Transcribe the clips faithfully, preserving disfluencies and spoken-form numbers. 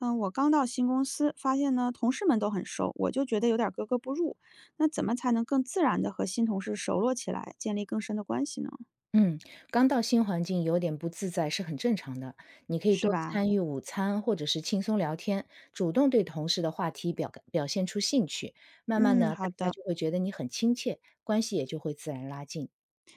嗯，我刚到新公司，发现呢，同事们都很熟，我就觉得有点格格不入。那怎么才能更自然的和新同事熟络起来，建立更深的关系呢？嗯，刚到新环境有点不自在是很正常的。你可以是多吧？参与午餐或者是轻松聊天，主动对同事的话题表表现出兴趣，慢慢嗯，呢，好大家的，就会觉得你很亲切，关系也就会自然拉近。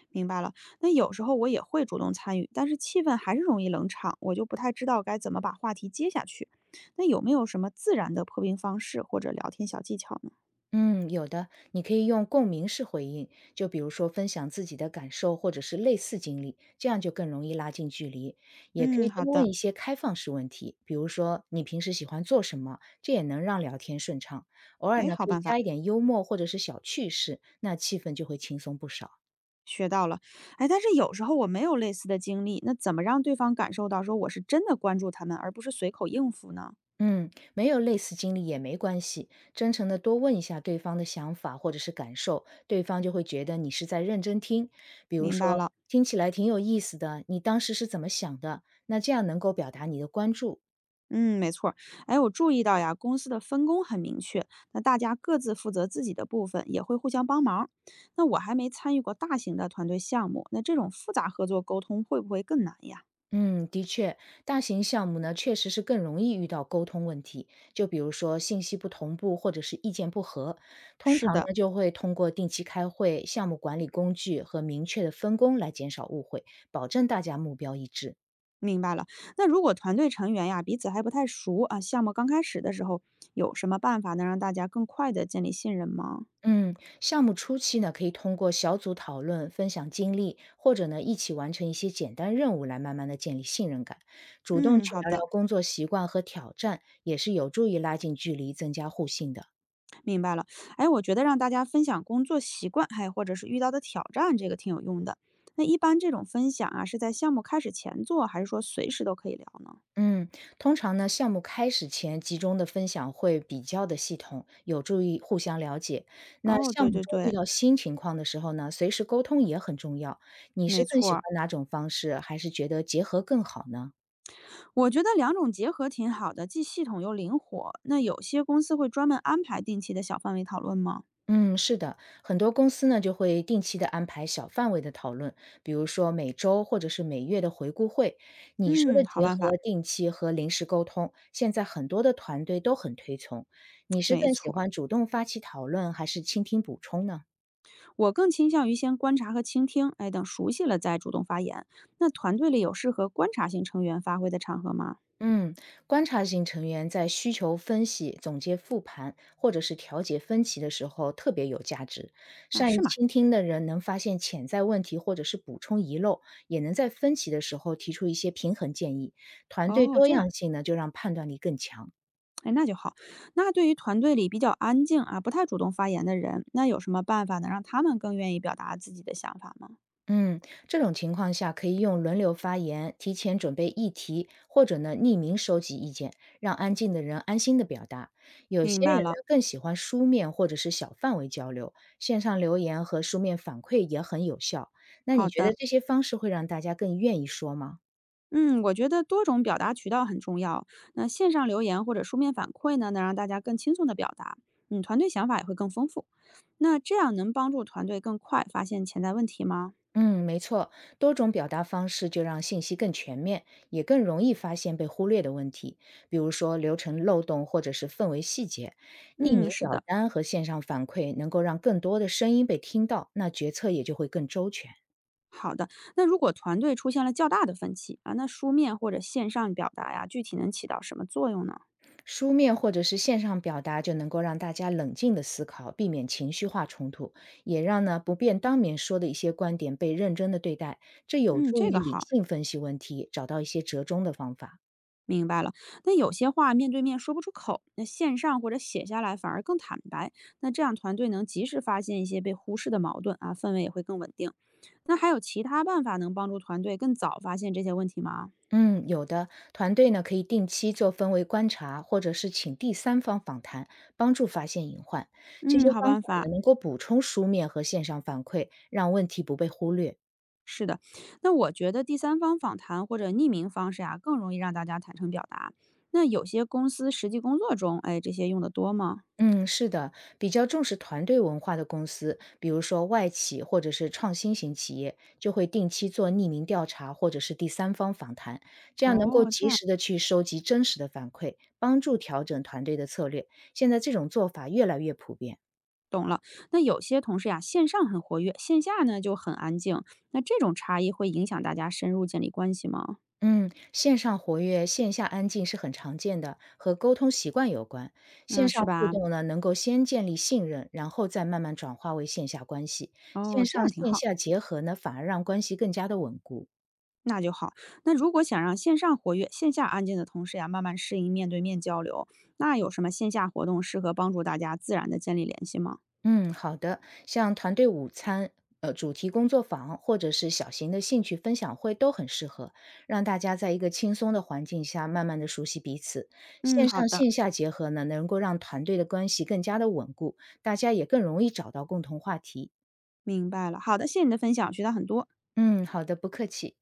明白了。那有时候我也会主动参与，但是气氛还是容易冷场，我就不太知道该怎么把话题接下去。那有没有什么自然的破冰方式或者聊天小技巧呢？嗯，有的，你可以用共鸣式回应，就比如说分享自己的感受或者是类似经历，这样就更容易拉近距离。也可嗯，以好多问的。一些开放式问题，比如说你平时喜欢做什么，这也能让聊天顺畅。偶尔哎，呢，好可以办法。加一点幽默或者是小趣事，那气氛就会轻松不少。学到了，哎，但是有时候我没有类似的经历，那怎么让对方感受到说我是真的关注他们，而不是随口应付呢？嗯，没有类似经历也没关系，真诚的多问一下对方的想法或者是感受，对方就会觉得你是在认真听。比如明白说，了，听起来挺有意思的，你当时是怎么想的？那这样能够表达你的关注。嗯，没错儿，哎，我注意到呀，公司的分工很明确，那大家各自负责自己的部分，也会互相帮忙。那我还没参与过大型的团队项目，那这种复杂合作沟通会不会更难呀？嗯，的确，大型项目呢确实是更容易遇到沟通问题，就比如说信息不同步或者是意见不合，通是常的，呢就会通过定期开会、项目管理工具和明确的分工来减少误会，保证大家目标一致。明白了。那如果团队成员呀彼此还不太熟啊，项目刚开始的时候，有什么办法能让大家更快的建立信任吗？嗯，项目初期呢，可以通过小组讨论、分享经历，或者呢一起完成一些简单任务，来慢慢的建立信任感。主动嗯，去好聊的。聊工作习惯和挑战，也是有助于拉近距离、增加互信的。明白了，哎，我觉得让大家分享工作习惯，还有或者是遇到的挑战，这个挺有用的。那一般这种分享啊，是在项目开始前做，还是说随时都可以聊呢？嗯，通常呢，项目开始前集中的分享会比较的系统，有助于互相了解。那哦，项对目对中遇对，到新情况的时候呢，随时沟通也很重要。你是没更错喜儿，欢哪种方式，还是觉得结合更好呢？我觉得两种结合挺好的，既系统又灵活。那有些公司会专门安排定期的小范围讨论吗？嗯，是的，很多公司呢就会定期的安排小范围的讨论，比如说每周或者是每月的回顾会。你说嗯，的好结办法，合定期和临时沟通，现在很多的团队都很推崇。你是没更喜错儿。欢主动发起讨论，还是倾听补充呢？我更倾向于先观察和倾听，哎，等熟悉了再主动发言。那团队里有适合观察型成员发挥的场合吗？嗯，观察型成员在需求分析、总结复盘或者是调解分歧的时候特别有价值。啊，善是于吗？倾听的人能发现潜在问题或者是补充遗漏，也能在分歧的时候提出一些平衡建议。团队哦，多这样。样性呢，就让判断力更强。哎，那就好。那对于团队里比较安静啊，不太主动发言的人，那有什么办法能让他们更愿意表达自己的想法吗？嗯，这种情况下可以用轮流发言，提前准备议题，或者呢匿名收集意见，让安静的人安心的表达。有明些人白呢了，更喜欢书面或者是小范围交流，线上留言和书面反馈也很有效。那你好觉得的。这些方式会让大家更愿意说吗？嗯，我觉得多种表达渠道很重要。那线上留言或者书面反馈呢，能让大家更轻松的表达，嗯，团队想法也会更丰富。那这样能帮助团队更快发现潜在问题吗？嗯，没错，多种表达方式就让信息更全面，也更容易发现被忽略的问题，比如说流程漏洞或者是氛围细节。匿嗯，名是表的，单和线上反馈能够让更多的声音被听到，那决策也就会更周全。好的。那如果团队出现了较大的分歧啊，那书面或者线上表达呀，具体能起到什么作用呢？书面或者是线上表达就能够让大家冷静的思考，避免情绪化冲突，也让呢不便当面说的一些观点被认真的对待，这有嗯，助这于个理好。性分析问题，找到一些折中的方法。明白了，那有些话面对面说不出口，那线上或者写下来反而更坦白。那这样团队能及时发现一些被忽视的矛盾啊，氛围也会更稳定。那还有其他办法能帮助团队更早发现这些问题吗？嗯，有的团队呢可以定期做氛围观察，或者是请第三方访谈，帮助发现隐患。这些嗯，好方办法法。呢能够补充书面和线上反馈，让问题不被忽略。是的，那我觉得第三方访谈或者匿名方式啊，更容易让大家坦诚表达。那有些公司实际工作中，哎，这些用的多吗？嗯，是的，比较重视团队文化的公司，比如说外企或者是创新型企业，就会定期做匿名调查或者是第三方访谈，这样能够哦，这及样。时的去收集真实的反馈，帮助调整团队的策略。现在这种做法越来越普遍。懂了，那有些同事呀，线上很活跃，线下呢就很安静，那这种差异会影响大家深入建立关系吗？嗯，线上活跃、线下安静是很常见的，和沟通习惯有关。线嗯，是上互吧？动呢，能够先建立信任，然后再慢慢转化为线下关系。哦，线这上样挺线好，下结合呢，反而让关系更加的稳固。那就好。那如果想让线上活跃、线下安静的同事呀，慢慢适应面对面交流，那有什么线下活动适合帮助大家自然的建立联系吗？嗯，好的。像团队午餐、呃主题工作坊，或者是小型的兴趣分享会都很适合，让大家在一个轻松的环境下，慢慢的熟悉彼此。嗯，线好上的，线下结合呢，能够让团队的关系更加的稳固，大家也更容易找到共同话题。明白了。好的，谢谢你的分享，学到很多。嗯，好的，不客气。